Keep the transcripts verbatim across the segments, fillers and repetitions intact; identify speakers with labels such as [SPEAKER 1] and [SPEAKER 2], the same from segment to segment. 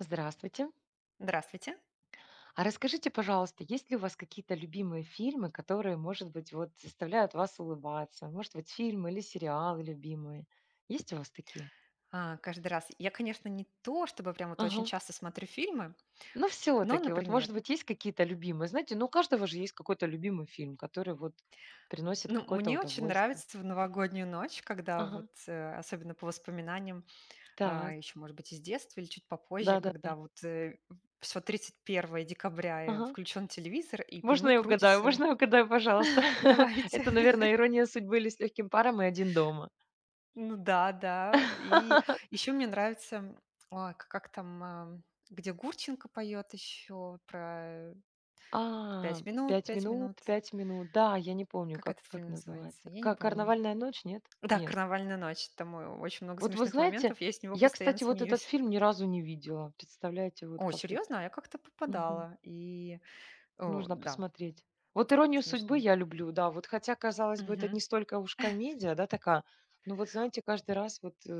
[SPEAKER 1] Здравствуйте.
[SPEAKER 2] Здравствуйте.
[SPEAKER 1] А расскажите, пожалуйста, есть ли у вас какие-то любимые фильмы, которые, может быть, вот заставляют вас улыбаться? Может быть, фильмы или сериалы любимые? Есть у вас такие?
[SPEAKER 2] А, каждый раз. Я, конечно, не то, чтобы прям вот очень
[SPEAKER 1] Ага.
[SPEAKER 2] часто смотрю фильмы,
[SPEAKER 1] Но
[SPEAKER 2] но,
[SPEAKER 1] все-таки, вот,
[SPEAKER 2] например,
[SPEAKER 1] может быть, есть какие-то любимые. Знаете, ну у каждого же есть какой-то любимый фильм, который вот приносит
[SPEAKER 2] ну,
[SPEAKER 1] какое-то
[SPEAKER 2] мне очень
[SPEAKER 1] удовольствие.
[SPEAKER 2] нравится в новогоднюю ночь, когда вот,
[SPEAKER 1] Ага.
[SPEAKER 2] э, особенно по воспоминаниям, а,
[SPEAKER 1] Так.
[SPEAKER 2] еще, может быть, из детства или чуть попозже,
[SPEAKER 1] Да-да-да.
[SPEAKER 2] когда вот все тридцать первое декабря
[SPEAKER 1] Ага.
[SPEAKER 2] включен телевизор, и по
[SPEAKER 1] Можно
[SPEAKER 2] нему
[SPEAKER 1] я угадаю?
[SPEAKER 2] крутится
[SPEAKER 1] Можно я угадаю, пожалуйста?
[SPEAKER 2] «Давайте».
[SPEAKER 1] Это, наверное, ирония судьбы или с легким паром и один дома.
[SPEAKER 2] Ну да, да. И еще мне нравится, м, ой, к- как там, а, где Гурченко поет еще про
[SPEAKER 1] А,
[SPEAKER 2] «Пять минут,
[SPEAKER 1] пять
[SPEAKER 2] пять
[SPEAKER 1] минут,
[SPEAKER 2] минут».
[SPEAKER 1] пять минут. Да, я не помню,
[SPEAKER 2] Как
[SPEAKER 1] как
[SPEAKER 2] этот
[SPEAKER 1] как
[SPEAKER 2] фильм называется?
[SPEAKER 1] называется.
[SPEAKER 2] Я не
[SPEAKER 1] Как
[SPEAKER 2] помню.
[SPEAKER 1] "Карнавальная ночь", нет?
[SPEAKER 2] Да,
[SPEAKER 1] Нет.
[SPEAKER 2] "Карнавальная ночь". Там, э, очень много
[SPEAKER 1] Вот вы
[SPEAKER 2] смешных
[SPEAKER 1] знаете,
[SPEAKER 2] моментов. Я с него
[SPEAKER 1] я,
[SPEAKER 2] постоянно
[SPEAKER 1] кстати, вот этот
[SPEAKER 2] смеюсь.
[SPEAKER 1] фильм ни разу не видела. Представляете, вот
[SPEAKER 2] О,
[SPEAKER 1] как-то.
[SPEAKER 2] серьезно? А я как-то
[SPEAKER 1] Мгм.
[SPEAKER 2] попадала. И, о,
[SPEAKER 1] Нужно
[SPEAKER 2] да,
[SPEAKER 1] посмотреть. Вот "Иронию судьбы"
[SPEAKER 2] смешно.
[SPEAKER 1] я люблю, да. Вот хотя, казалось бы, это
[SPEAKER 2] Мгм.
[SPEAKER 1] не столько уж комедия, да, такая, но вот, знаете, каждый раз вот, э,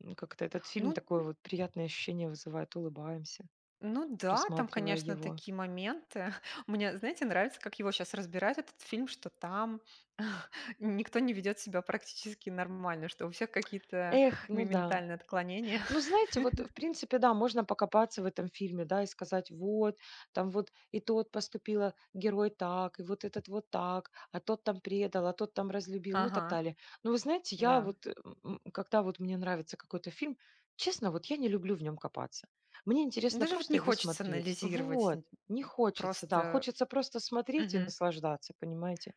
[SPEAKER 1] м, как-то этот фильм
[SPEAKER 2] Ну
[SPEAKER 1] такое вот приятное ощущение вызывает. Улыбаемся,
[SPEAKER 2] ну да, там,
[SPEAKER 1] просматривая
[SPEAKER 2] конечно,
[SPEAKER 1] его.
[SPEAKER 2] такие моменты. Мне, знаете, нравится, как его сейчас разбирают, этот фильм, что там никто не ведет себя практически нормально, что у всех какие-то
[SPEAKER 1] Эх,
[SPEAKER 2] ме
[SPEAKER 1] ну да.
[SPEAKER 2] ментальные отклонения.
[SPEAKER 1] Ну, знаете, вот, в принципе, да, можно покопаться в этом фильме, да, и сказать, вот, там вот и тот поступила герой так, и вот этот вот так, а тот там предал, а тот там разлюбил, ну, так
[SPEAKER 2] Ага,
[SPEAKER 1] далее. Но вы знаете, я
[SPEAKER 2] да.
[SPEAKER 1] вот, э, м, когда вот мне нравится какой-то фильм, честно, вот я не люблю в нем копаться. Мне
[SPEAKER 2] Ну,
[SPEAKER 1] интересно
[SPEAKER 2] Даже вот не
[SPEAKER 1] просто его
[SPEAKER 2] хочется
[SPEAKER 1] смотреть.
[SPEAKER 2] анализировать,
[SPEAKER 1] Вот,
[SPEAKER 2] н
[SPEAKER 1] не хочется, да,
[SPEAKER 2] просто
[SPEAKER 1] хочется просто смотреть и наслаждаться, понимаете?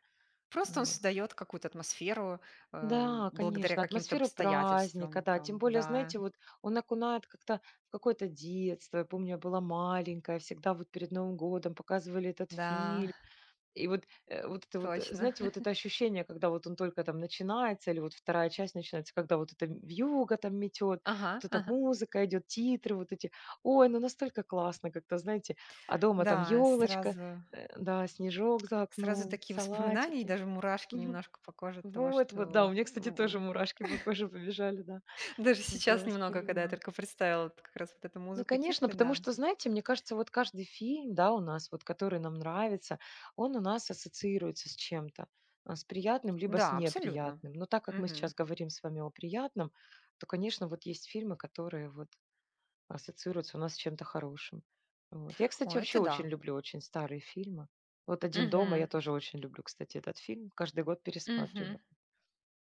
[SPEAKER 2] просто он
[SPEAKER 1] Вот.
[SPEAKER 2] создает какую-то атмосферу, э,
[SPEAKER 1] Да,
[SPEAKER 2] благодаря
[SPEAKER 1] конечно,
[SPEAKER 2] каким-то
[SPEAKER 1] атмосфера праздника,
[SPEAKER 2] обстоятельствам
[SPEAKER 1] да. Тем
[SPEAKER 2] там.
[SPEAKER 1] более,
[SPEAKER 2] Да,
[SPEAKER 1] знаете, вот он окунает как-то в какое-то детство. Я помню, я была маленькая, всегда вот перед Новым годом показывали этот
[SPEAKER 2] да,
[SPEAKER 1] фильм. И вот, э, вот это вот, э,
[SPEAKER 2] точно.
[SPEAKER 1] знаете, вот это ощущение, когда вот он только там начинается, или вот вторая часть начинается, когда вот это вьюга там метет,
[SPEAKER 2] Ага,
[SPEAKER 1] вот эта
[SPEAKER 2] ага.
[SPEAKER 1] музыка идет, титры вот эти. Ой, ну настолько классно как-то, знаете, а дома там
[SPEAKER 2] Да,
[SPEAKER 1] елочка,
[SPEAKER 2] сразу
[SPEAKER 1] да, снежок за
[SPEAKER 2] сразу
[SPEAKER 1] окном,
[SPEAKER 2] такие воспоминания и
[SPEAKER 1] салатики.
[SPEAKER 2] даже мурашки немножко по коже от того,
[SPEAKER 1] Вот, вот, да,
[SPEAKER 2] что
[SPEAKER 1] у меня, кстати,
[SPEAKER 2] у
[SPEAKER 1] тоже мурашки по коже побежали, да.
[SPEAKER 2] даже
[SPEAKER 1] Вот я
[SPEAKER 2] сейчас
[SPEAKER 1] вас
[SPEAKER 2] немного, когда я
[SPEAKER 1] понимаю.
[SPEAKER 2] только представила вот как раз вот эту
[SPEAKER 1] Ну,
[SPEAKER 2] музыку,
[SPEAKER 1] конечно,
[SPEAKER 2] титры,
[SPEAKER 1] потому
[SPEAKER 2] да.
[SPEAKER 1] что, знаете, мне кажется, вот каждый фильм, да, у нас, вот который нам нравится, он у нас ассоциируется с чем-то, а, с приятным либо с
[SPEAKER 2] Да, абсолютно.
[SPEAKER 1] неприятным. Но так как мы
[SPEAKER 2] Мгм.
[SPEAKER 1] сейчас говорим с вами о приятном, то, конечно, вот есть фильмы, которые вот ассоциируются у нас с чем-то хорошим. Вот. Я,
[SPEAKER 2] О,
[SPEAKER 1] кстати,
[SPEAKER 2] это
[SPEAKER 1] вообще очень
[SPEAKER 2] да.
[SPEAKER 1] люблю очень старые фильмы. Вот «Один дома»
[SPEAKER 2] Мгм,
[SPEAKER 1] я тоже очень люблю, кстати, этот фильм. Каждый год
[SPEAKER 2] мгм.
[SPEAKER 1] пересматриваю.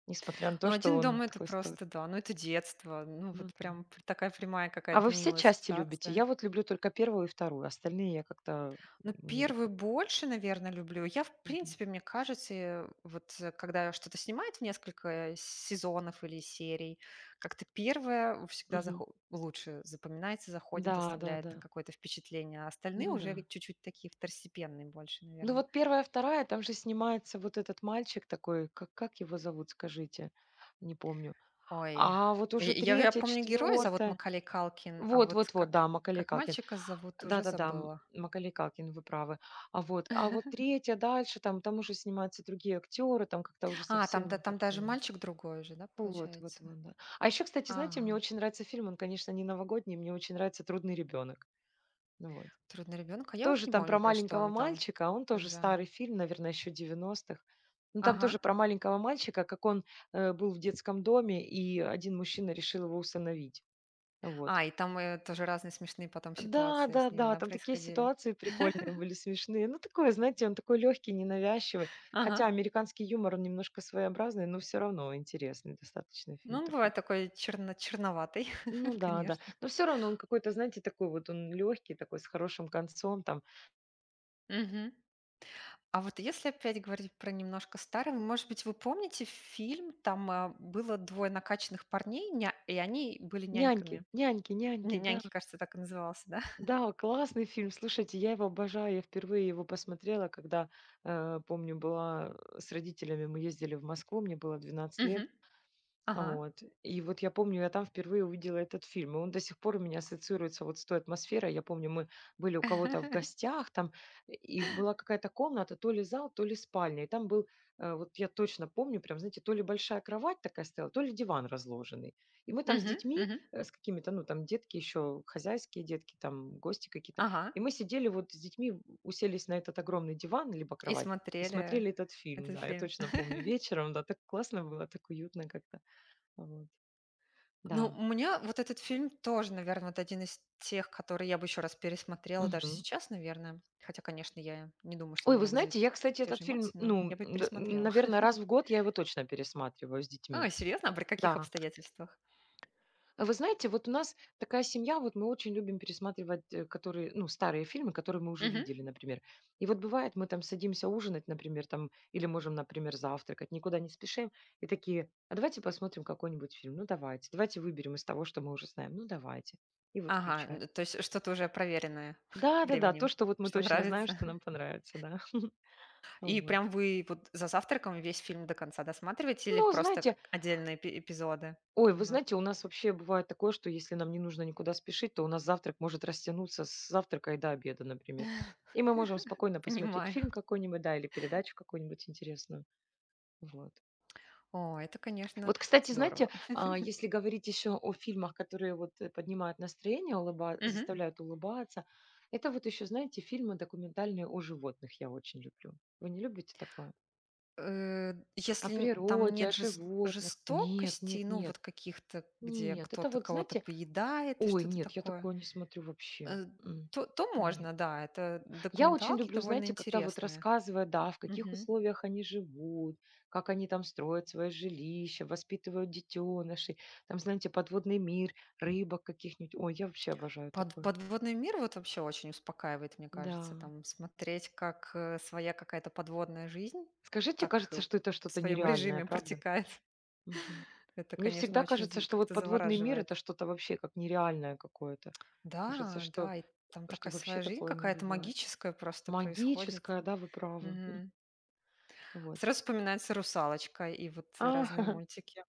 [SPEAKER 1] Несмотря на
[SPEAKER 2] Ну,
[SPEAKER 1] то, что
[SPEAKER 2] "Один дом,
[SPEAKER 1] он
[SPEAKER 2] это
[SPEAKER 1] такой.
[SPEAKER 2] просто, да, ну, это детство. Ну,
[SPEAKER 1] Ну
[SPEAKER 2] вот
[SPEAKER 1] да.
[SPEAKER 2] прям пр такая прямая
[SPEAKER 1] А
[SPEAKER 2] какая-то
[SPEAKER 1] вы все
[SPEAKER 2] милая
[SPEAKER 1] части любите?
[SPEAKER 2] ассоциация.
[SPEAKER 1] Я вот люблю только первую и вторую, остальные я как-то
[SPEAKER 2] Ну,
[SPEAKER 1] не
[SPEAKER 2] первый
[SPEAKER 1] люблю.
[SPEAKER 2] больше, наверное, люблю. Я, в
[SPEAKER 1] Мгм.
[SPEAKER 2] принципе, мне кажется, э, вот, э, когда что-то снимают в несколько сезонов или серий, как-то первое всегда
[SPEAKER 1] Мгм.
[SPEAKER 2] захо лучше запоминается, заходит,
[SPEAKER 1] Да, да,
[SPEAKER 2] оставляет
[SPEAKER 1] да.
[SPEAKER 2] какое-то впечатление, а остальные
[SPEAKER 1] Ну да.
[SPEAKER 2] уже чуть-чуть такие второстепенные больше,
[SPEAKER 1] Ну
[SPEAKER 2] наверное.
[SPEAKER 1] вот первая, вторая, там же снимается вот этот мальчик такой, как, как его зовут, скажите, не помню.
[SPEAKER 2] Ой,
[SPEAKER 1] А вот
[SPEAKER 2] я
[SPEAKER 1] уже
[SPEAKER 2] я я
[SPEAKER 1] третья,
[SPEAKER 2] помню, героя зовут
[SPEAKER 1] четвертая.
[SPEAKER 2] Макалей Калкин, а
[SPEAKER 1] Вот,
[SPEAKER 2] вот
[SPEAKER 1] вот, вот,
[SPEAKER 2] как
[SPEAKER 1] да, Макалей
[SPEAKER 2] как
[SPEAKER 1] Калкин.
[SPEAKER 2] мальчика зовут,
[SPEAKER 1] Да,
[SPEAKER 2] уже
[SPEAKER 1] да, да, М-
[SPEAKER 2] забыла.
[SPEAKER 1] Маколей Калкин, вы правы. А вот, а вот третья, дальше, там, там уже снимаются другие актеры, там как-то уже
[SPEAKER 2] А, там
[SPEAKER 1] совсем
[SPEAKER 2] да,
[SPEAKER 1] не
[SPEAKER 2] там даже
[SPEAKER 1] такое.
[SPEAKER 2] мальчик другой уже, да,
[SPEAKER 1] Вот, вот,
[SPEAKER 2] получается?
[SPEAKER 1] вот, да. А еще, кстати, знаете, мне
[SPEAKER 2] Ага.
[SPEAKER 1] очень нравится фильм, он, конечно, не новогодний, мне очень нравится "Трудный ребенок". Ну вот.
[SPEAKER 2] "Трудный ребенок". А я вот
[SPEAKER 1] Тоже
[SPEAKER 2] не
[SPEAKER 1] там
[SPEAKER 2] помню,
[SPEAKER 1] про
[SPEAKER 2] про что
[SPEAKER 1] маленького
[SPEAKER 2] он там
[SPEAKER 1] мальчика, а он тоже
[SPEAKER 2] уже.
[SPEAKER 1] старый фильм, наверное, еще девяностых. х. Ну, там
[SPEAKER 2] Ага.
[SPEAKER 1] тоже про маленького мальчика, как он, э, был в детском доме, и один мужчина решил его усыновить. Вот.
[SPEAKER 2] А, и там, э, тоже разные смешные потом
[SPEAKER 1] Да,
[SPEAKER 2] ситуации с
[SPEAKER 1] да,
[SPEAKER 2] ними,
[SPEAKER 1] да,
[SPEAKER 2] да,
[SPEAKER 1] там такие
[SPEAKER 2] происходили?
[SPEAKER 1] ситуации прикольные были, смешные. Ну, такое, знаете, он такой легкий, ненавязчивый.
[SPEAKER 2] Ага.
[SPEAKER 1] Хотя американский юмор, он немножко своеобразный, но все равно интересный достаточно
[SPEAKER 2] Ну,
[SPEAKER 1] фильм
[SPEAKER 2] он
[SPEAKER 1] такой.
[SPEAKER 2] бывает такой черно черноватый,
[SPEAKER 1] Ну да, да.
[SPEAKER 2] конечно.
[SPEAKER 1] Но все равно он какой-то, знаете, такой вот он легкий такой с хорошим концом, там.
[SPEAKER 2] Мгм. А вот если опять говорить про немножко старый, может быть, вы помните фильм, там, а, было двое накачанных парней, ня и они были
[SPEAKER 1] "Няньки,
[SPEAKER 2] няньками.
[SPEAKER 1] няньки, няньки",
[SPEAKER 2] Ня
[SPEAKER 1] да.
[SPEAKER 2] "Няньки", кажется, так и назывался, да?
[SPEAKER 1] Да, классный фильм. Слушайте, я его обожаю. Я впервые его посмотрела, когда, э, помню, была, э, с родителями, мы ездили в Москву, мне было двенадцать лет.
[SPEAKER 2] Мгм. Ага.
[SPEAKER 1] Вот. И вот я помню, я там впервые увидела этот фильм, и он до сих пор у меня ассоциируется вот с той атмосферой. Я помню, мы были у кого-то в гостях там, и была какая-то комната, то ли зал, то ли спальня. И там был, э, вот я точно помню, прям, знаете, то ли большая кровать такая стояла, то ли диван разложенный. И мы там с
[SPEAKER 2] Мгм,
[SPEAKER 1] детьми,
[SPEAKER 2] мгм.
[SPEAKER 1] э, с какими-то, ну, там детки еще, хозяйские детки, там гости какие-то.
[SPEAKER 2] Ага.
[SPEAKER 1] И мы сидели вот с детьми, в- уселись на этот огромный диван, либо
[SPEAKER 2] И
[SPEAKER 1] кровать, и
[SPEAKER 2] смотрели
[SPEAKER 1] смотрели этот фильм,
[SPEAKER 2] этот
[SPEAKER 1] да, я
[SPEAKER 2] фильм.
[SPEAKER 1] точно помню, вечером, да, так классно было, так уютно как-то. Вот,
[SPEAKER 2] Ну,
[SPEAKER 1] да.
[SPEAKER 2] у меня вот этот фильм тоже, наверное, вот один из тех, которые я бы еще раз пересмотрела даже
[SPEAKER 1] Мгм.
[SPEAKER 2] сейчас, наверное. Хотя, конечно, я не думаю, что он
[SPEAKER 1] Ой,
[SPEAKER 2] у
[SPEAKER 1] вы
[SPEAKER 2] меня вызовет
[SPEAKER 1] знаете,
[SPEAKER 2] т-
[SPEAKER 1] я, кстати,
[SPEAKER 2] те же
[SPEAKER 1] этот фильм,
[SPEAKER 2] эмоции, но
[SPEAKER 1] ну,
[SPEAKER 2] я бы пересмотрела.
[SPEAKER 1] наверное, раз в год я его точно пересматриваю с детьми.
[SPEAKER 2] А, серьезно? А при каких
[SPEAKER 1] Да.
[SPEAKER 2] обстоятельствах?
[SPEAKER 1] А вы знаете, вот у нас такая семья, вот мы очень любим пересматривать, э, которые, ну, старые фильмы, которые мы уже
[SPEAKER 2] Мгм.
[SPEAKER 1] видели, например. И вот бывает, мы там садимся ужинать, например, там, или можем, например, завтракать, никуда не спешим, и такие, а давайте посмотрим какой-нибудь фильм, ну, давайте, давайте выберем из того, что мы уже знаем, ну, давайте. И вот
[SPEAKER 2] Ага,
[SPEAKER 1] включаем.
[SPEAKER 2] н- то есть что-то уже проверенное
[SPEAKER 1] Да-да-да, то,
[SPEAKER 2] временем,
[SPEAKER 1] что вот мы
[SPEAKER 2] что
[SPEAKER 1] точно знаем,
[SPEAKER 2] нравится.
[SPEAKER 1] что нам понравится, да.
[SPEAKER 2] И
[SPEAKER 1] Вот.
[SPEAKER 2] прям вы вот за завтраком весь фильм до конца досматриваете или
[SPEAKER 1] Ну,
[SPEAKER 2] просто к-
[SPEAKER 1] знаете,
[SPEAKER 2] отдельные эпи- эпизоды
[SPEAKER 1] ой, вы знаете,
[SPEAKER 2] немножко?
[SPEAKER 1] у нас вообще бывает такое, что если нам не нужно никуда спешить, то у нас завтрак может растянуться с завтрака и до обеда, например. И мы можем спокойно посмотреть
[SPEAKER 2] Понимаю.
[SPEAKER 1] фильм какой-нибудь, да, или передачу какую-нибудь интересную. Вот.
[SPEAKER 2] О, это, конечно,
[SPEAKER 1] Вот, кстати, знаете,
[SPEAKER 2] здорово.
[SPEAKER 1] а, если говорить еще о фильмах, которые вот э, поднимают настроение, улыба-
[SPEAKER 2] Мгм.
[SPEAKER 1] заставляют улыбаться, это вот еще, знаете, фильмы документальные о животных я очень люблю. Вы не любите такое?
[SPEAKER 2] Э,
[SPEAKER 1] О
[SPEAKER 2] если там
[SPEAKER 1] природе, о
[SPEAKER 2] нет жест
[SPEAKER 1] животных. Нет,
[SPEAKER 2] жестокостей,
[SPEAKER 1] нет,
[SPEAKER 2] ну,
[SPEAKER 1] нет.
[SPEAKER 2] вот каких-то, где
[SPEAKER 1] Нет, это
[SPEAKER 2] кто-то
[SPEAKER 1] вот,
[SPEAKER 2] кого-то
[SPEAKER 1] знаете,
[SPEAKER 2] поедает,
[SPEAKER 1] ой,
[SPEAKER 2] что-то
[SPEAKER 1] нет, я
[SPEAKER 2] такое,
[SPEAKER 1] такое не смотрю вообще.
[SPEAKER 2] э,
[SPEAKER 1] М,
[SPEAKER 2] то то
[SPEAKER 1] нет.
[SPEAKER 2] можно, да. Это
[SPEAKER 1] Я очень
[SPEAKER 2] документалки
[SPEAKER 1] люблю,
[SPEAKER 2] довольно
[SPEAKER 1] знаете, когда вот
[SPEAKER 2] интересные.
[SPEAKER 1] рассказывают, да, в каких
[SPEAKER 2] Мгм.
[SPEAKER 1] условиях они живут, как они там строят свое жилище, воспитывают детенышей, там, знаете, подводный мир, рыбок каких-нибудь. Ой, я вообще обожаю
[SPEAKER 2] Под
[SPEAKER 1] такое.
[SPEAKER 2] подводный мир вот вообще очень успокаивает, мне кажется.
[SPEAKER 1] Да.
[SPEAKER 2] Там смотреть, как, э, своя какая-то подводная жизнь
[SPEAKER 1] Скажите,
[SPEAKER 2] так э,
[SPEAKER 1] кажется, что это
[SPEAKER 2] в
[SPEAKER 1] что-то
[SPEAKER 2] своем
[SPEAKER 1] нереальное,
[SPEAKER 2] режиме
[SPEAKER 1] правда?
[SPEAKER 2] протекает.
[SPEAKER 1] Мгм.
[SPEAKER 2] Это,
[SPEAKER 1] Мне
[SPEAKER 2] конечно,
[SPEAKER 1] всегда
[SPEAKER 2] очень
[SPEAKER 1] кажется,
[SPEAKER 2] з
[SPEAKER 1] что вот
[SPEAKER 2] как-то
[SPEAKER 1] подводный мир
[SPEAKER 2] завораживает.
[SPEAKER 1] это что-то вообще как нереальное какое-то. Кажется,
[SPEAKER 2] Да,
[SPEAKER 1] что,
[SPEAKER 2] да, и там
[SPEAKER 1] что
[SPEAKER 2] такая
[SPEAKER 1] вообще
[SPEAKER 2] своя жизнь
[SPEAKER 1] такое не
[SPEAKER 2] какая-то
[SPEAKER 1] бывает.
[SPEAKER 2] магическая просто происходит.
[SPEAKER 1] Магическое, да, вы правы.
[SPEAKER 2] Мгм.
[SPEAKER 1] Вот.
[SPEAKER 2] Сразу вспоминается "Русалочка" и вот
[SPEAKER 1] А,
[SPEAKER 2] разные мультики.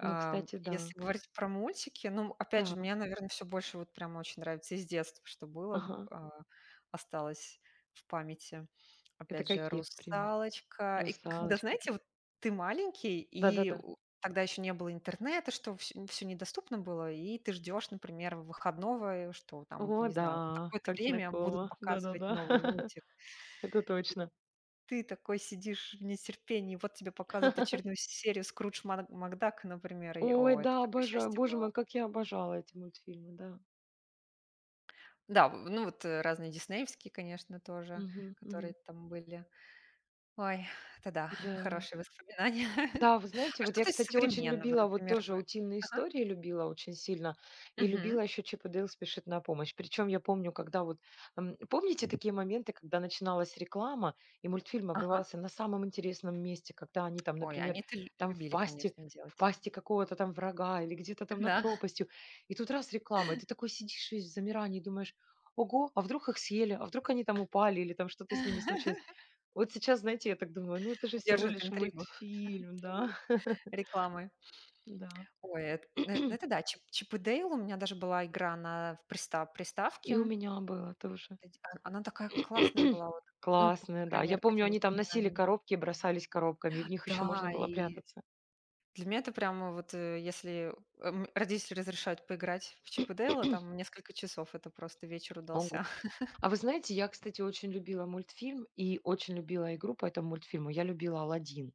[SPEAKER 1] ну, кстати, да.
[SPEAKER 2] если говорить про мультики, ну, опять же, мне,
[SPEAKER 1] Так.
[SPEAKER 2] наверное, все больше вот прям очень нравится из детства, что было,
[SPEAKER 1] Ага.
[SPEAKER 2] а, осталось в памяти.
[SPEAKER 1] Это
[SPEAKER 2] Опять же,
[SPEAKER 1] какие, например?
[SPEAKER 2] "Русалочка". И когда,
[SPEAKER 1] Русалочка. т.
[SPEAKER 2] знаете, вот ты маленький, и
[SPEAKER 1] Да-да-да.
[SPEAKER 2] у тогда еще не было интернета, что все недоступно было, и ты ждешь, например, выходного, что там,
[SPEAKER 1] О
[SPEAKER 2] не знаю, в
[SPEAKER 1] да,
[SPEAKER 2] такое-то
[SPEAKER 1] как
[SPEAKER 2] время будут
[SPEAKER 1] знакомо.
[SPEAKER 2] показывать
[SPEAKER 1] Да-да-да.
[SPEAKER 2] новый мультик.
[SPEAKER 1] Это точно.
[SPEAKER 2] Ты такой сидишь в нетерпении, вот тебе показывают очередную серию "Скрудж Мак- Макдак", например, и,
[SPEAKER 1] Ой,
[SPEAKER 2] о, это
[SPEAKER 1] да,
[SPEAKER 2] такое
[SPEAKER 1] обожаю.
[SPEAKER 2] счастье
[SPEAKER 1] Боже
[SPEAKER 2] было.
[SPEAKER 1] мой, как я обожала эти мультфильмы, да.
[SPEAKER 2] Да, в ну вот, э, разные диснеевские, конечно, тоже,
[SPEAKER 1] Мгм,
[SPEAKER 2] которые
[SPEAKER 1] мгм.
[SPEAKER 2] там были. Ой, это да,
[SPEAKER 1] Да.
[SPEAKER 2] хорошие воспоминания.
[SPEAKER 1] Да, вы знаете,
[SPEAKER 2] А
[SPEAKER 1] вот я,
[SPEAKER 2] что-то из
[SPEAKER 1] кстати, очень
[SPEAKER 2] современного,
[SPEAKER 1] любила, вот
[SPEAKER 2] например,
[SPEAKER 1] тоже
[SPEAKER 2] вы
[SPEAKER 1] утиные
[SPEAKER 2] Ага.
[SPEAKER 1] истории любила очень сильно, и
[SPEAKER 2] Мгм.
[SPEAKER 1] любила еще Чип и Дейл спешит на помощь. Причем я помню, когда вот, м, помните такие моменты, когда начиналась реклама, и мультфильм
[SPEAKER 2] Ага.
[SPEAKER 1] обрывался на самом интересном месте, когда они там,
[SPEAKER 2] Ой,
[SPEAKER 1] например,
[SPEAKER 2] они это лю
[SPEAKER 1] там в
[SPEAKER 2] любили,
[SPEAKER 1] пасти,
[SPEAKER 2] конечно,
[SPEAKER 1] в
[SPEAKER 2] делать.
[SPEAKER 1] пасти какого-то там врага или где-то там над
[SPEAKER 2] Да.
[SPEAKER 1] пропастью, и тут раз реклама, и ты такой сидишь весь в замирании, и думаешь, ого, а вдруг их съели, а вдруг они там упали или там что-то с ними случилось. Вот сейчас, знаете, я так думаю, ну это же всего
[SPEAKER 2] Держит
[SPEAKER 1] лишь
[SPEAKER 2] интригу
[SPEAKER 1] мультфильм,
[SPEAKER 2] своей
[SPEAKER 1] да.
[SPEAKER 2] рекламой.
[SPEAKER 1] Да.
[SPEAKER 2] Ой, эт ну, э, ну, это да. Чип "Чип и Дейл", у меня даже была игра на в приста
[SPEAKER 1] И
[SPEAKER 2] приставке.
[SPEAKER 1] у меня было тоже.
[SPEAKER 2] Эти а она такая классная была вот, ну, по по
[SPEAKER 1] Классное, да.
[SPEAKER 2] крайней
[SPEAKER 1] Я
[SPEAKER 2] мере, по
[SPEAKER 1] помню,
[SPEAKER 2] тем
[SPEAKER 1] они там носили
[SPEAKER 2] воспоминаниям.
[SPEAKER 1] коробки и бросались коробками, и в них еще
[SPEAKER 2] Да,
[SPEAKER 1] можно было
[SPEAKER 2] и
[SPEAKER 1] прятаться.
[SPEAKER 2] для меня это прямо вот, э, если, эм, родители разрешают поиграть в "Чип и Дейла", там несколько часов это просто вечер
[SPEAKER 1] Ого.
[SPEAKER 2] удался.
[SPEAKER 1] А вы знаете, я, кстати, очень любила мультфильм и очень любила игру по этому мультфильму. Я любила "Аладдин".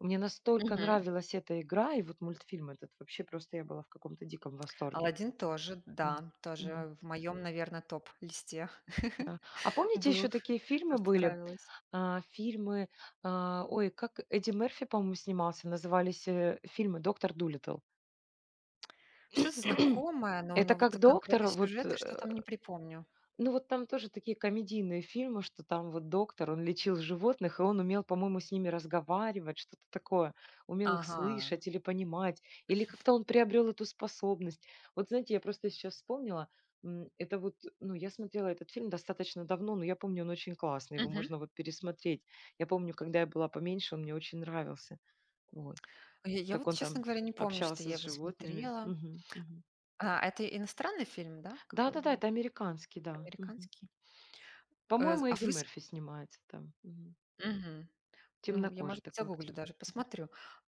[SPEAKER 1] Мне настолько
[SPEAKER 2] Мгм.
[SPEAKER 1] нравилась эта игра, и вот мультфильм этот, вообще просто я была в каком-то диком восторге.
[SPEAKER 2] "Аладдин" тоже,
[SPEAKER 1] М.
[SPEAKER 2] да,
[SPEAKER 1] Мгм.
[SPEAKER 2] тоже в моем, наверное, топ-листе
[SPEAKER 1] А помните,
[SPEAKER 2] был,
[SPEAKER 1] еще такие
[SPEAKER 2] то,
[SPEAKER 1] фильмы
[SPEAKER 2] что
[SPEAKER 1] были?
[SPEAKER 2] нравилось.
[SPEAKER 1] А, фильмы, а, ой, как Эдди Мерфи, по-моему, снимался, назывались э, фильмы "Доктор Дулиттл".
[SPEAKER 2] Что-то знакомое, но
[SPEAKER 1] Это
[SPEAKER 2] но вот
[SPEAKER 1] как
[SPEAKER 2] конкретно
[SPEAKER 1] доктор, вот,
[SPEAKER 2] сюжеты что там
[SPEAKER 1] э
[SPEAKER 2] не припомню.
[SPEAKER 1] Ну, вот там тоже такие комедийные фильмы, что там вот доктор, он лечил животных, и он умел, по-моему, с ними разговаривать, что-то такое, умел их
[SPEAKER 2] Ага.
[SPEAKER 1] слышать или понимать, или как-то он приобрел эту способность. Вот знаете, я просто сейчас вспомнила, м, это вот, ну, я смотрела этот фильм достаточно давно, но я помню, он очень классный, его
[SPEAKER 2] Мгм.
[SPEAKER 1] можно вот пересмотреть. Я помню, когда я была поменьше, он мне очень нравился. Вот,
[SPEAKER 2] Я я
[SPEAKER 1] как
[SPEAKER 2] вот,
[SPEAKER 1] он
[SPEAKER 2] честно
[SPEAKER 1] там
[SPEAKER 2] говоря, не помню, что
[SPEAKER 1] общался
[SPEAKER 2] я
[SPEAKER 1] с
[SPEAKER 2] его
[SPEAKER 1] животными.
[SPEAKER 2] смотрела. А, а это иностранный фильм, да? Какой
[SPEAKER 1] Да-да-да,
[SPEAKER 2] вы?
[SPEAKER 1] это американский, да. Мгм.
[SPEAKER 2] Американский? Э,
[SPEAKER 1] По-моему,
[SPEAKER 2] а
[SPEAKER 1] Эдди
[SPEAKER 2] вы с
[SPEAKER 1] Мерфи снимается там. Мгм.
[SPEAKER 2] Мгм. Ну, я,
[SPEAKER 1] Темнокожий
[SPEAKER 2] может быть,
[SPEAKER 1] такой
[SPEAKER 2] загуглю
[SPEAKER 1] актер.
[SPEAKER 2] даже, посмотрю.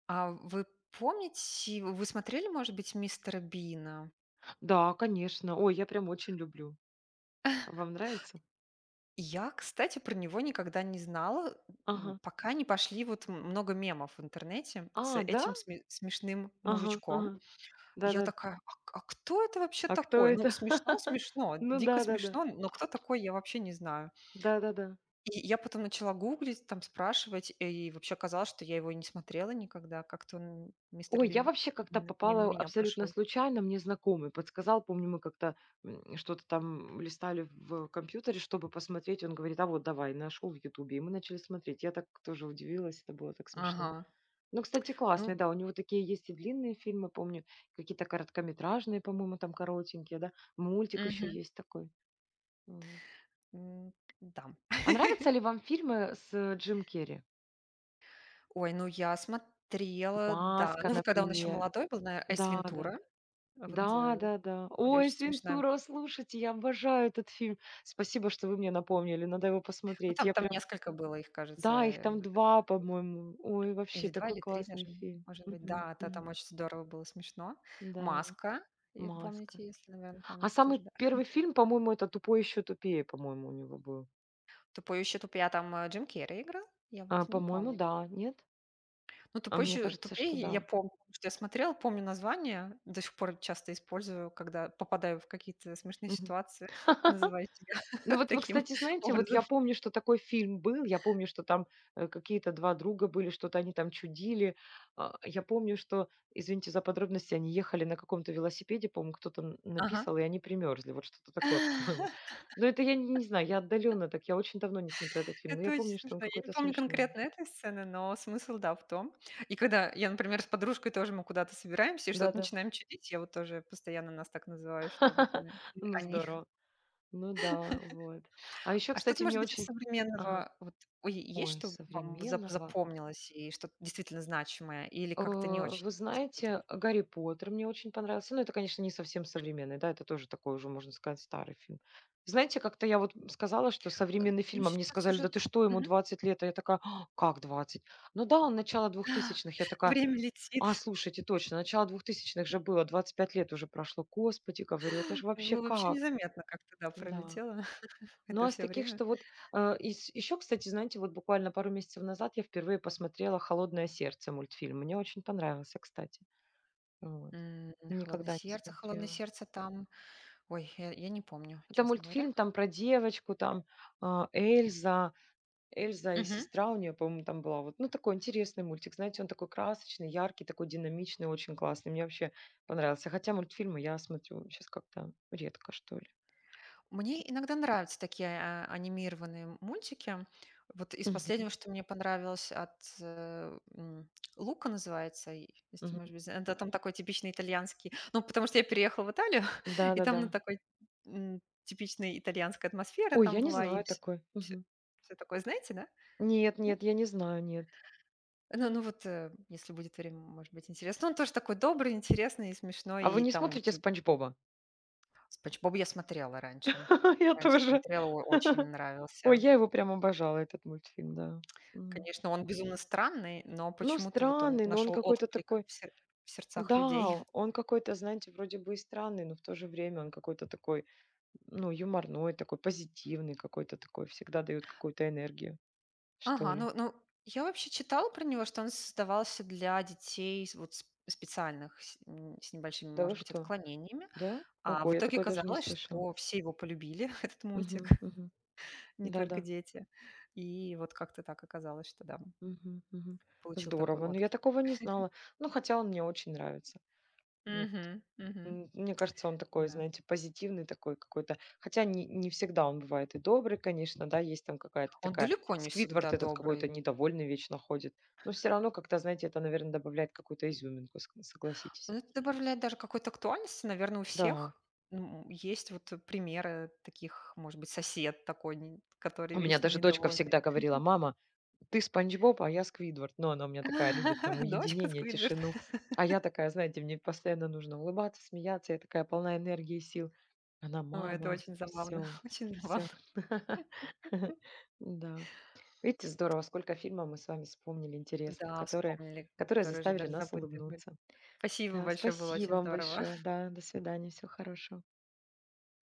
[SPEAKER 2] А вы помните, вы смотрели, может быть, "Мистера Бина"?
[SPEAKER 1] Да, конечно. Ой, я прям очень люблю. А вам нравится?
[SPEAKER 2] Я, кстати, про него никогда не знала, м,
[SPEAKER 1] Ага.
[SPEAKER 2] пока не пошли вот м много мемов в интернете с
[SPEAKER 1] А, да?
[SPEAKER 2] этим сме смешным
[SPEAKER 1] Ага,
[SPEAKER 2] мужичком.
[SPEAKER 1] ага.
[SPEAKER 2] Я
[SPEAKER 1] Да-да-да.
[SPEAKER 2] такая: "А а кто это вообще
[SPEAKER 1] А кто
[SPEAKER 2] такой?" Ну,
[SPEAKER 1] это?
[SPEAKER 2] смешно смешно,
[SPEAKER 1] Ну
[SPEAKER 2] дико
[SPEAKER 1] да-да-да.
[SPEAKER 2] смешно, но кто такой, я вообще не знаю.
[SPEAKER 1] Да-да-да.
[SPEAKER 2] И я потом начала гуглить, там спрашивать, и вообще казалось, что я его и не смотрела никогда. Как-то он, "Мистер
[SPEAKER 1] Ой, я
[SPEAKER 2] Бин",
[SPEAKER 1] вообще как-то
[SPEAKER 2] мин мимо
[SPEAKER 1] попала
[SPEAKER 2] меня
[SPEAKER 1] абсолютно
[SPEAKER 2] прошел.
[SPEAKER 1] случайно. Мне знакомый подсказал. Помню, мы как-то м, что-то там листали в компьютере, чтобы посмотреть. Он говорит, а вот давай, нашел в Ютубе. И мы начали смотреть. Я так тоже удивилась. Это было так
[SPEAKER 2] Ага.
[SPEAKER 1] смешно. Ну, кстати,
[SPEAKER 2] Ну,
[SPEAKER 1] классный, да, у него такие есть и длинные фильмы, помню, какие-то короткометражные, по-моему, там коротенькие, да, мультик еще
[SPEAKER 2] мгм,
[SPEAKER 1] есть такой. Мгм.
[SPEAKER 2] м, да.
[SPEAKER 1] А нравятся ли вам фильмы с э, Джим Керри?
[SPEAKER 2] Ой, ну я смотрела, да.
[SPEAKER 1] «Маска»,
[SPEAKER 2] Ну, вот когда он еще
[SPEAKER 1] например.
[SPEAKER 2] молодой был, наверно, "Эйс
[SPEAKER 1] Да, да, да.
[SPEAKER 2] Вентура". Вот,
[SPEAKER 1] Да,
[SPEAKER 2] э,
[SPEAKER 1] да, да.
[SPEAKER 2] очень
[SPEAKER 1] Ой,
[SPEAKER 2] очень смешная.
[SPEAKER 1] Свинтура, слушайте, я обожаю этот фильм. Спасибо, что вы мне напомнили, надо его
[SPEAKER 2] Ну,
[SPEAKER 1] посмотреть.
[SPEAKER 2] там
[SPEAKER 1] Я
[SPEAKER 2] там
[SPEAKER 1] прям,
[SPEAKER 2] несколько было их, кажется,
[SPEAKER 1] да, их
[SPEAKER 2] э,
[SPEAKER 1] там два, по-моему. Ой, вообще
[SPEAKER 2] или два
[SPEAKER 1] такой
[SPEAKER 2] или три
[SPEAKER 1] классный
[SPEAKER 2] даже,
[SPEAKER 1] фильм.
[SPEAKER 2] может быть.
[SPEAKER 1] Мгм,
[SPEAKER 2] Да, это
[SPEAKER 1] мгм.
[SPEAKER 2] там очень здорово было, смешно.
[SPEAKER 1] Да,
[SPEAKER 2] "Маска", и
[SPEAKER 1] «Маска».
[SPEAKER 2] помните, если, наверное
[SPEAKER 1] А
[SPEAKER 2] помните
[SPEAKER 1] самый
[SPEAKER 2] тоже, да.
[SPEAKER 1] первый фильм, по-моему, это "Тупой еще тупее", по-моему, у него был.
[SPEAKER 2] "Тупой и еще тупее", а там, э, Джим Керри играл? Я вот
[SPEAKER 1] А,
[SPEAKER 2] и не
[SPEAKER 1] по-моему,
[SPEAKER 2] помню.
[SPEAKER 1] да, нет?
[SPEAKER 2] Ну,
[SPEAKER 1] А
[SPEAKER 2] "Тупой и
[SPEAKER 1] мне
[SPEAKER 2] еще
[SPEAKER 1] кажется, что
[SPEAKER 2] тупее" я
[SPEAKER 1] да.
[SPEAKER 2] помню, потому что я смотрела, помню название, до сих пор часто использую, когда попадаю в какие-то смешные
[SPEAKER 1] Мгм.
[SPEAKER 2] ситуации, называю себя
[SPEAKER 1] Ну вот вы,
[SPEAKER 2] таким
[SPEAKER 1] кстати, знаете, вот
[SPEAKER 2] образом.
[SPEAKER 1] я помню, что такой фильм был, я помню, что там, э, какие-то два друга были, что-то они там чудили. А, я помню, что, извините за подробности, они ехали на каком-то велосипеде, по-моему, кто-то н
[SPEAKER 2] Ага.
[SPEAKER 1] написал, и они примерзли. Вот что-то такое по-моему. Но это я не не знаю, я отдаленно так, я очень давно не смотрела этот фильм, но
[SPEAKER 2] Это
[SPEAKER 1] я
[SPEAKER 2] очень
[SPEAKER 1] помню, что он
[SPEAKER 2] смешно. Я не
[SPEAKER 1] какой-то
[SPEAKER 2] помню
[SPEAKER 1] смешной.
[SPEAKER 2] конкретно этой сцены, но смысл, да, в том. И когда я, например, с подружкой тоже мы куда-то собираемся и что-то
[SPEAKER 1] Да-да.
[SPEAKER 2] начинаем чудить, я вот тоже постоянно нас так называю, что вот мы, мы
[SPEAKER 1] Ну,
[SPEAKER 2] они.
[SPEAKER 1] здорово. Ну да, вот. А еще,
[SPEAKER 2] А что-то,
[SPEAKER 1] кстати,
[SPEAKER 2] может
[SPEAKER 1] мне
[SPEAKER 2] быть, из
[SPEAKER 1] очень... Ага.
[SPEAKER 2] современного, вот, ой, есть,
[SPEAKER 1] Ой,
[SPEAKER 2] что вам за-
[SPEAKER 1] современного.
[SPEAKER 2] запомнилось и что-то действительно значимое, или
[SPEAKER 1] Э,
[SPEAKER 2] как-то не очень
[SPEAKER 1] Вы
[SPEAKER 2] заходит?
[SPEAKER 1] знаете, Гарри Поттер мне очень понравился. Ну, это, конечно, не совсем современный, да, это тоже такой уже, можно сказать, старый фильм. Знаете, как-то я вот сказала, что
[SPEAKER 2] Э,
[SPEAKER 1] современный
[SPEAKER 2] Ну,
[SPEAKER 1] фильм, а мне
[SPEAKER 2] сейчас
[SPEAKER 1] сказали,
[SPEAKER 2] уже
[SPEAKER 1] да ты что, ему
[SPEAKER 2] мгм.
[SPEAKER 1] двадцать лет, а я такая, «А, как двадцать? Ну да, он начало двухтысячных, я такая,
[SPEAKER 2] время летит.
[SPEAKER 1] а, слушайте, точно, начало двухтысячных же было, двадцать пять лет уже прошло, господи, говорю, это же вообще
[SPEAKER 2] Было вообще
[SPEAKER 1] как?
[SPEAKER 2] незаметно, как-то, да,
[SPEAKER 1] Да.
[SPEAKER 2] пролетело
[SPEAKER 1] Ну,
[SPEAKER 2] это
[SPEAKER 1] а из
[SPEAKER 2] все
[SPEAKER 1] таких,
[SPEAKER 2] время.
[SPEAKER 1] что вот а, из еще, кстати, знаете, вот буквально пару месяцев назад я впервые посмотрела "Холодное сердце" мультфильм. Мне очень понравился, кстати. Вот.
[SPEAKER 2] М, Холодное
[SPEAKER 1] Никогда не
[SPEAKER 2] сердце, холодное
[SPEAKER 1] смотрела.
[SPEAKER 2] сердце там. Ой, я, я не помню,
[SPEAKER 1] Это
[SPEAKER 2] честно говоря.
[SPEAKER 1] мультфильм там про девочку, там а, Эльза, Эльза и
[SPEAKER 2] Мгм.
[SPEAKER 1] сестра у нее, по-моему, там была. Вот, ну, такой интересный мультик, знаете, он такой красочный, яркий, такой динамичный, очень классный. Мне вообще понравился. Хотя мультфильмы я смотрю сейчас как-то редко, что ли.
[SPEAKER 2] Мне иногда нравятся такие а, анимированные мультики. Вот из
[SPEAKER 1] Мгм,
[SPEAKER 2] последнего, что мне понравилось от э, м, Лука называется, и- если,
[SPEAKER 1] мгм.
[SPEAKER 2] может быть, зна- это там такой типичный итальянский, ну, потому что я переехала в Италию, и там
[SPEAKER 1] Да-да-да.
[SPEAKER 2] ну, такой м, типичная итальянская атмосфера
[SPEAKER 1] Ой,
[SPEAKER 2] там
[SPEAKER 1] я не
[SPEAKER 2] была, и
[SPEAKER 1] знаю такой. Мгм.
[SPEAKER 2] все, такое, знаете, да?
[SPEAKER 1] Нет,
[SPEAKER 2] Нет?
[SPEAKER 1] нет, я не знаю, нет.
[SPEAKER 2] Ну, ну вот, э, если будет время, может быть, интересно. Он тоже такой добрый, интересный и смешной,
[SPEAKER 1] А вы
[SPEAKER 2] и
[SPEAKER 1] не
[SPEAKER 2] там вот.
[SPEAKER 1] смотрите "Спанч Боба"?
[SPEAKER 2] Спанч Боб я смотрела раньше.
[SPEAKER 1] Я
[SPEAKER 2] Раньше
[SPEAKER 1] тоже.
[SPEAKER 2] смотрела, о очень
[SPEAKER 1] Ой,
[SPEAKER 2] нравился.
[SPEAKER 1] я его прям обожала, этот мультфильм, да. М.
[SPEAKER 2] Конечно, он безумно странный, но
[SPEAKER 1] Ну,
[SPEAKER 2] почему-то вот он
[SPEAKER 1] странный, но он
[SPEAKER 2] нашел
[SPEAKER 1] какой-то
[SPEAKER 2] отклик
[SPEAKER 1] такой
[SPEAKER 2] в сер в сердцах
[SPEAKER 1] да,
[SPEAKER 2] людей.
[SPEAKER 1] он какой-то, знаете, вроде бы и странный, но в то же время он какой-то такой, ну, юморной, такой позитивный, какой-то такой, всегда даёт какую-то энергию, что
[SPEAKER 2] Ага,
[SPEAKER 1] ли.
[SPEAKER 2] ну ну, я вообще читала про него, что он создавался для детей с вот с специальных, с н с небольшими,
[SPEAKER 1] Да вы
[SPEAKER 2] может быть,
[SPEAKER 1] что?
[SPEAKER 2] отклонениями.
[SPEAKER 1] Да?
[SPEAKER 2] А в
[SPEAKER 1] Ого, я
[SPEAKER 2] итоге
[SPEAKER 1] такое даже не
[SPEAKER 2] оказалось,
[SPEAKER 1] слышала.
[SPEAKER 2] что все его полюбили, этот мультик,
[SPEAKER 1] Мгм, мгм.
[SPEAKER 2] не только
[SPEAKER 1] Да-да.
[SPEAKER 2] дети. И вот как-то так оказалось, что да,
[SPEAKER 1] Мгм, мгм.
[SPEAKER 2] получил такой
[SPEAKER 1] Здорово. Но я
[SPEAKER 2] отклик.
[SPEAKER 1] такого не знала. Ну, хотя он мне очень нравится. Ну,
[SPEAKER 2] Угу, угу,
[SPEAKER 1] м, мне кажется, он такой,
[SPEAKER 2] Да.
[SPEAKER 1] знаете, позитивный такой какой-то. Хотя не, не всегда он бывает и добрый, конечно, да, есть там какая-то
[SPEAKER 2] Он
[SPEAKER 1] такая...
[SPEAKER 2] далеко не всегда
[SPEAKER 1] Сквидвард этот
[SPEAKER 2] добрый.
[SPEAKER 1] какой-то недовольный вечно ходит. Но все равно как-то, знаете, это, наверное, добавляет какую-то изюминку, ск- согласитесь.
[SPEAKER 2] Но это добавляет даже какой-то актуальности, наверное, у
[SPEAKER 1] Да.
[SPEAKER 2] всех. М, Есть вот э, примеры таких, может быть, сосед такой, не- который
[SPEAKER 1] У меня
[SPEAKER 2] вечно
[SPEAKER 1] даже дочка
[SPEAKER 2] недовольный.
[SPEAKER 1] всегда говорила: "Мама, ты Спанч Боб, а я Сквидвард". Но она у меня такая любит там
[SPEAKER 2] Дочка
[SPEAKER 1] уединение,
[SPEAKER 2] Сквидвард.
[SPEAKER 1] тишину. А я такая, знаете, мне постоянно нужно улыбаться, смеяться. Я такая полна энергии и сил. Она:
[SPEAKER 2] Ой, это
[SPEAKER 1] "Мама,
[SPEAKER 2] очень забавно,
[SPEAKER 1] все,
[SPEAKER 2] очень забавно.
[SPEAKER 1] все. Да. Видите, здорово, сколько фильмов мы с вами вспомнили интересных,
[SPEAKER 2] Да,
[SPEAKER 1] которые
[SPEAKER 2] вспомнили,
[SPEAKER 1] которые
[SPEAKER 2] которые же
[SPEAKER 1] заставили
[SPEAKER 2] даже
[SPEAKER 1] нас
[SPEAKER 2] забыты были.
[SPEAKER 1] улыбнуться.
[SPEAKER 2] Спасибо
[SPEAKER 1] Да,
[SPEAKER 2] большое, было
[SPEAKER 1] спасибо
[SPEAKER 2] очень
[SPEAKER 1] вам
[SPEAKER 2] здорово.
[SPEAKER 1] большое. Да, до свидания, всего хорошего.